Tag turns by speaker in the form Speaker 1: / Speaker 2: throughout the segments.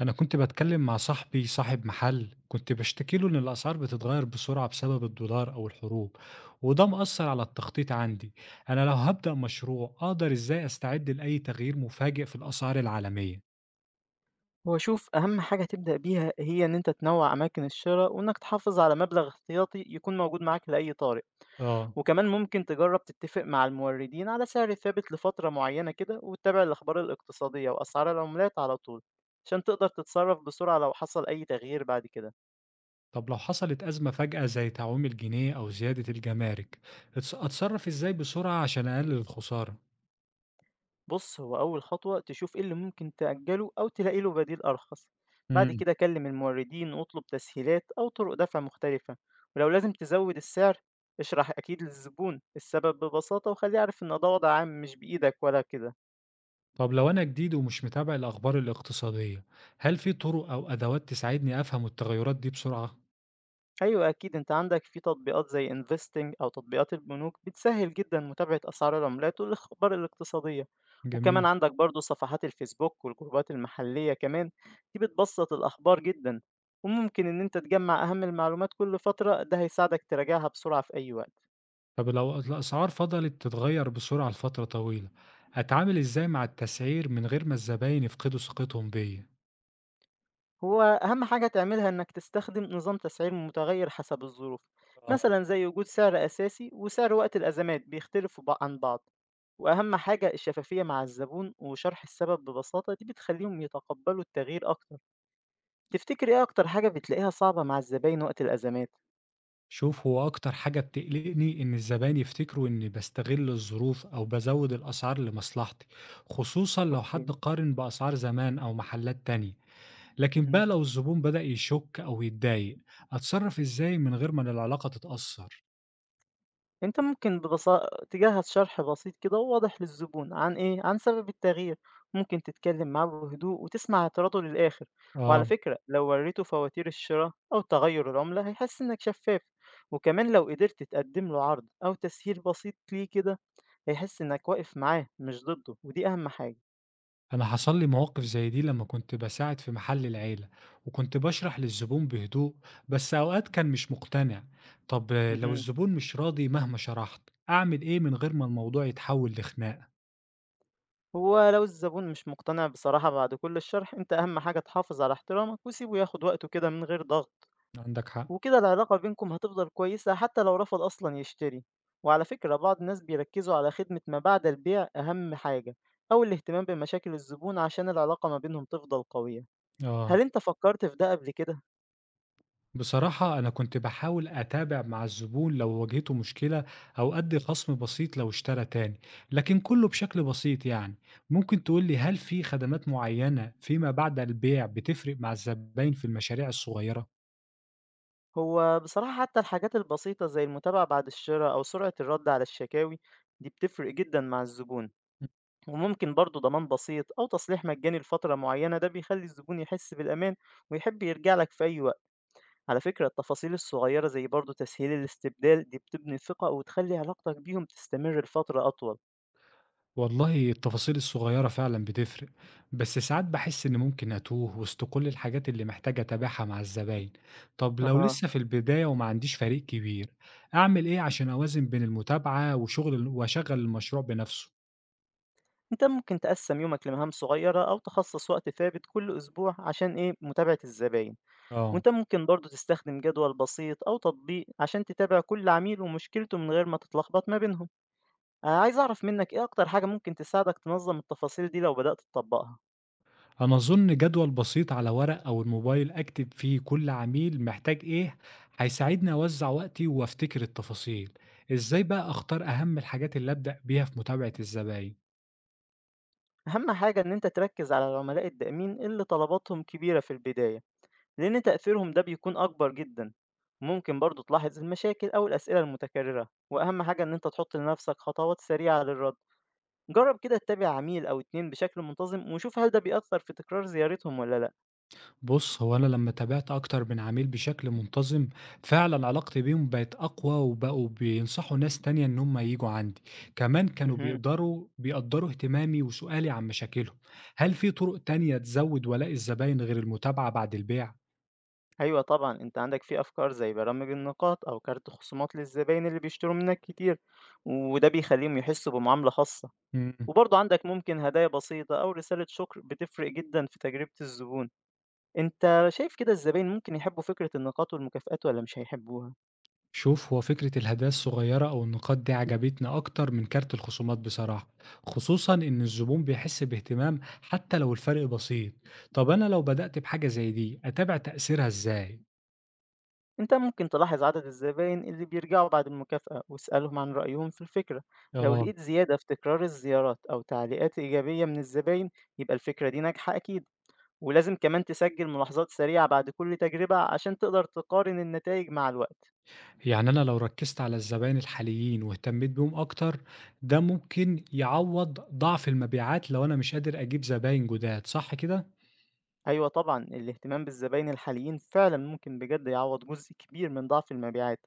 Speaker 1: أنا كنت باتكلم مع صاحبي صاحب محل، كنت بشتكي له إن الأسعار بتتغير بسرعة بسبب الدولار أو الحروب، وده مأثر على التخطيط عندي. أنا لو هبدأ مشروع أقدر إزاي أستعد لأي تغيير مفاجئ في الأسعار العالمية؟
Speaker 2: هو شوف أهم حاجة تبدأ بيها هي إن أنت تنوع أماكن الشراء، وإنك تحافظ على مبلغ احتياطي يكون موجود معاك لأي طارئ.
Speaker 1: آه.
Speaker 2: وكمان ممكن تجرب تتفق مع الموردين على سعر ثابت لفترة معينة كده، وتتابع الأخبار الاقتصادية وأسعار العملات على طول عشان تقدر تتصرف بسرعة لو حصل أي تغيير بعد كده.
Speaker 1: طب لو حصلت أزمة فجأة زي تعويم الجنيه أو زيادة الجمارك، أتصرف إزاي بسرعة عشان أقلل الخسارة؟
Speaker 2: بُص، هو أول خطوة تشوف إيه اللي ممكن تأجّله أو تلاقي له بديل أرخص، بعد
Speaker 1: مم.
Speaker 2: كده كلّم الموردين واطلب تسهيلات أو طرق دفع مختلفة، ولو لازم تزوّد السعر اشرح أكيد للزبون السبب ببساطة وخلّيه يعرف إن ده وضع عام مش بإيدك ولا كده.
Speaker 1: طب لو أنا جديد ومش متابع الأخبار الاقتصادية، هل في طرق أو أدوات تساعدني أفهم التغيرات دي بسرعة؟
Speaker 2: أيوة أكيد، أنت عندك في تطبيقات زي انفستنج أو تطبيقات البنوك بتسهل جدا متابعة أسعار العملات والأخبار الاقتصادية. وكمان
Speaker 1: جميل.
Speaker 2: عندك برضو صفحات الفيسبوك والجروبات المحلية كمان، دي بتبسط الأخبار جدا. وممكن إن أنت تجمع أهم المعلومات كل فترة، ده هيساعدك تراجعها بسرعة في أي وقت.
Speaker 1: طب لو الأسعار فضلت تتغير بسرعة لفترة طويلة، أتعامل إزاي مع التسعير من غير ما الزباين يفقدوا ثقتهم بيا؟
Speaker 2: هو أهم حاجة تعملها إنك تستخدم نظام تسعير متغير حسب الظروف،
Speaker 1: آه.
Speaker 2: مثلا زي وجود سعر أساسي وسعر وقت الأزمات بيختلفوا عن بعض. وأهم حاجة الشفافية مع الزبون وشرح السبب ببساطة، دي بتخليهم يتقبلوا التغيير أكتر. تفتكر إيه أكتر حاجة بتلاقيها صعبة مع الزباين وقت الأزمات؟
Speaker 1: شوف، هو أكتر حاجة بتقلقني إن الزباين يفتكروا إني بستغل الظروف أو بزود الأسعار لمصلحتي، خصوصًا لو حد
Speaker 2: أوكي.
Speaker 1: قارن بأسعار زمان أو محلات تانية. لكن
Speaker 2: مهم.
Speaker 1: بقى لو الزبون بدأ يشك أو يتضايق، أتصرف إزاي من غير ما العلاقة تتأثر؟
Speaker 2: أنت ممكن تجهّز شرح بسيط كده وواضح للزبون عن عن سبب التغيير، ممكن تتكلم معاه بهدوء وتسمع اعتراضه للآخر، وعلى
Speaker 1: آه.
Speaker 2: فكرة لو ورّيته فواتير الشراء أو تغيُّر العملة هيحس إنك شفاف، وكمان لو قدرت تقدّم له عرض أو تسهيل بسيط ليه كده هيحس إنك واقف معاه مش ضده، ودي أهم حاجة.
Speaker 1: أنا حصل لي مواقف زي دي لما كنت بساعد في محل العيلة، وكنت بشرح للزبون بهدوء، بس أوقات كان مش مقتنع. طب آه، لو
Speaker 2: اهم.
Speaker 1: الزبون مش راضي مهما شرحت، أعمل إيه من غير ما الموضوع يتحول لخناقة؟
Speaker 2: هو لو الزبون مش مقتنع بصراحة بعد كل الشرح، أنت أهم حاجة تحافظ على احترامك وسيبه ياخد وقته كده من غير ضغط.
Speaker 1: عندك حق.
Speaker 2: وكده العلاقة بينكم هتفضل كويسة حتى لو رفض أصلا يشتري. وعلى فكرة بعض الناس بيركزوا على خدمة ما بعد البيع أهم حاجة، أو الاهتمام بمشاكل الزبون عشان العلاقة ما بينهم تفضل قوية.
Speaker 1: آه،
Speaker 2: هل أنت فكرت في ده قبل كده؟
Speaker 1: بصراحة أنا كنت بحاول أتابع مع الزبون لو واجهته مشكلة، أو أدي خصم بسيط لو اشترى تاني، لكن كله بشكل بسيط يعني. ممكن تقولي، هل في خدمات معينة فيما بعد البيع بتفرق مع الزبائن في المشاريع الصغيرة؟
Speaker 2: هو بصراحة حتى الحاجات البسيطة زي المتابعة بعد الشراء أو سرعة الرد على الشكاوي دي بتفرق جدا مع الزبون. وممكن برضه ضمان بسيط أو تصليح مجاني لفترة معينة، ده بيخلي الزبون يحس بالأمان ويحب يرجع لك في أي وقت. على فكرة التفاصيل الصغيرة زي برضو تسهيل الاستبدال دي بتبني ثقة وتخلي علاقتك بيهم تستمر لفترة أطول.
Speaker 1: والله التفاصيل الصغيرة فعلا بتفرق، بس ساعات بحس إن ممكن أتوه وسط كل الحاجات اللي محتاج أتابعها مع الزباين. طب لو
Speaker 2: أها.
Speaker 1: لسه في البداية وما عنديش فريق كبير، أعمل إيه عشان أوازن بين المتابعة وشغل وأشغل المشروع بنفسه؟
Speaker 2: أنت ممكن تقسم يومك لمهام صغيرة أو تخصص وقت ثابت كل أسبوع عشان إيه متابعة الزباين.
Speaker 1: آه.
Speaker 2: وأنت ممكن برضو تستخدم جدول بسيط أو تطبيق عشان تتابع كل عميل ومشكلته من غير ما تتلخبط ما بينهم. عايز أعرف منك إيه أكتر حاجة ممكن تساعدك تنظم التفاصيل دي لو بدأت تطبقها.
Speaker 1: أنا أظن جدول بسيط على ورق أو الموبايل أكتب فيه كل عميل محتاج إيه، هيساعدني أوزع وقتي وأفتكر التفاصيل. إزاي بقى أختار أهم الحاجات اللي أبدأ بيها في متابعة الزباين؟
Speaker 2: أهم حاجة إن أنت تركز على العملاء الدائمين اللي طلباتهم كبيرة في البداية، لأن تأثيرهم ده بيكون أكبر جدًا. ممكن برضه تلاحظ المشاكل أو الأسئلة المتكررة، وأهم حاجة إن أنت تحط لنفسك خطوات سريعة للرد. جرب كده تتابع عميل أو 2 بشكل منتظم، وشوف هل ده بيأثر في تكرار زيارتهم والّا لأ.
Speaker 1: بُص، هو أنا لمّا تابعت أكتر من عميل بشكل منتظم، فعلًا علاقتي بيهم بقت أقوى، وبقوا بينصحوا ناس تانية إن هم ييجوا عندي، كمان كانوا
Speaker 2: اهم.
Speaker 1: بيقدروا اهتمامي وسؤالي عن مشاكلهم. هل في طرق تانية تزود ولاء الزباين غير المتابعة بعد البيع؟
Speaker 2: أيوه طبعًا، أنت عندك في أفكار زي برامج النقاط أو كارت خصومات للزباين اللي بيشتروا منك كتير، وده بيخليهم يحسوا بمعاملة خاصة.
Speaker 1: إمم.
Speaker 2: وبرضه عندك ممكن هدايا بسيطة أو رسالة شكر بتفرق جدًا في تجربة الزبون. أنت شايف كده الزباين ممكن يحبوا فكرة النقاط والمكافآت والّا مش هيحبوها؟
Speaker 1: شوف، هو فكرة الهدايا الصغيرة أو النقاط دي عجبتني أكتر من كارت الخصومات بصراحة، خصوصًا إن الزبون بيحس باهتمام حتى لو الفرق بسيط. طب أنا لو بدأت بحاجة زي دي، أتابع تأثيرها إزاي؟
Speaker 2: أنت ممكن تلاحظ عدد الزباين اللي بيرجعوا بعد المكافأة واسألهم عن رأيهم في الفكرة، لو
Speaker 1: آه.
Speaker 2: لقيت زيادة في تكرار الزيارات أو تعليقات إيجابية من الزباين يبقى الفكرة دي ناجحة أكيد، ولازم كمان تسجل ملاحظات سريعة بعد كل تجربة عشان تقدر تقارن النتائج مع الوقت.
Speaker 1: يعني أنا لو ركزت على الزباين الحاليين واهتميت بيهم أكتر، ده ممكن يعوّض ضعف المبيعات لو أنا مش قادر أجيب زباين جداد، صح كده؟
Speaker 2: أيوه طبعًا، الاهتمام بالزباين الحاليين فعلًا ممكن بجد يعوض جزء كبير من ضعف المبيعات،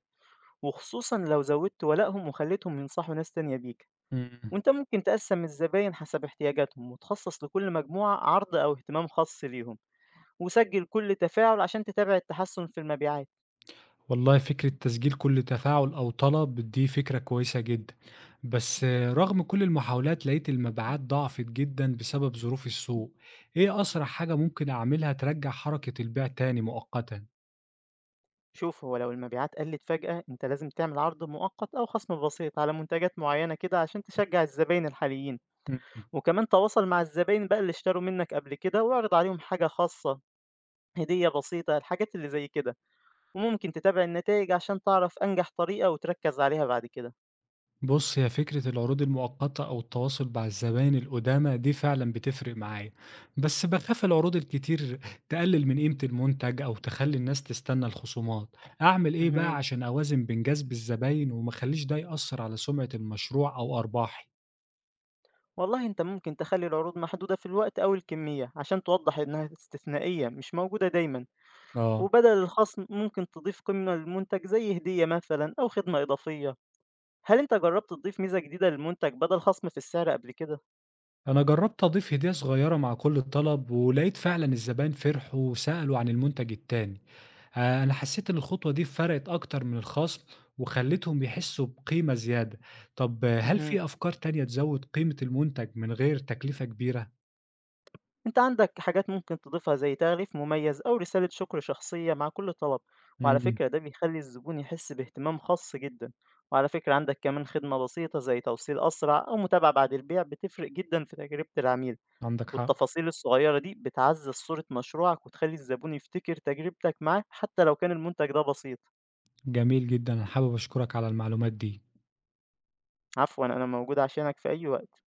Speaker 2: وخصوصًا لو زودت ولائهم وخليتهم ينصحوا ناس تانية بيك.
Speaker 1: إمم.
Speaker 2: وانت ممكن تقسم الزباين حسب احتياجاتهم وتخصص لكل مجموعة عرض أو اهتمام خاص ليهم، وسجل كل تفاعل عشان تتابع التحسن في المبيعات.
Speaker 1: والله فكرة تسجيل كل تفاعل أو طلب دي فكرة كويسة جدًا، بس آه، رغم كل المحاولات لقيت المبيعات ضعفت جدًا بسبب ظروف السوق. إيه أسرع حاجة ممكن أعملها ترجّع حركة البيع تاني مؤقتًا؟
Speaker 2: شوف هو لو المبيعات قلت فجأة انت لازم تعمل عرض مؤقت أو خصم بسيط على منتجات معينة كده عشان تشجع الزباين الحاليين.
Speaker 1: إمم.
Speaker 2: وكمان تواصل مع الزباين بقى اللي اشتروا منك قبل كده واعرض عليهم حاجة خاصة، هدية بسيطة، الحاجات اللي زي كده. وممكن تتابع النتائج عشان تعرف أنجح طريقة وتركز عليها بعد كده.
Speaker 1: بُص، هي فكرة العروض المؤقتة أو التواصل مع الزباين القُدامى دي فعلًا بتفرق معايا، بس باخاف العروض الكتير تقلل من قيمة المنتج أو تخلّي الناس تستنى الخصومات. أعمل إيه بقى
Speaker 2: مهم.
Speaker 1: عشان أوازن بين جذب الزباين وما أخلّيش ده يأثّر على سمعة المشروع أو أرباحي؟
Speaker 2: والله أنت ممكن تخلي العروض محدودة في الوقت أو الكمية عشان توضح إنها استثنائية مش موجودة دايما.
Speaker 1: آه.
Speaker 2: وبدل الخصم ممكن تضيف قيمة للمنتج زي هدية مثلا أو خدمة إضافية. هل أنت جربت تضيف ميزة جديدة للمنتج بدل خصم في السعر قبل كده؟
Speaker 1: أنا جربت أضيف هدية صغيرة مع كل طلب ولقيت فعلا الزبائن فرحوا وسألوا عن المنتج التاني. آه، أنا حسيت إن الخطوة دي فرقت أكتر من الخصم، وخلتهم يحسوا بقيمة زيادة. طب آه، هل
Speaker 2: مهم.
Speaker 1: في أفكار تانية تزود قيمة المنتج من غير تكلفة كبيرة؟
Speaker 2: أنت عندك حاجات ممكن تضيفها زي تعريف مميز أو رسالة شكر شخصية مع كل طلب. وعلى
Speaker 1: مم.
Speaker 2: فكرة ده بيخلي الزبون يحس باهتمام خاص جدا. وعلى فكرة عندك كمان خدمة بسيطة زي توصيل أسرع أو متابعة بعد البيع بتفرق جدا في تجربة العميل.
Speaker 1: عندك حق.
Speaker 2: والتفاصيل الصغيرة دي بتعزّز صورة مشروعك وتخلّي الزبون يفتكر تجربتك معاه حتى لو كان المنتج ده بسيط.
Speaker 1: جميل جدا، أنا حابب أشكرك على المعلومات دي.
Speaker 2: عفوًا، أنا موجود عشانك في أي وقت.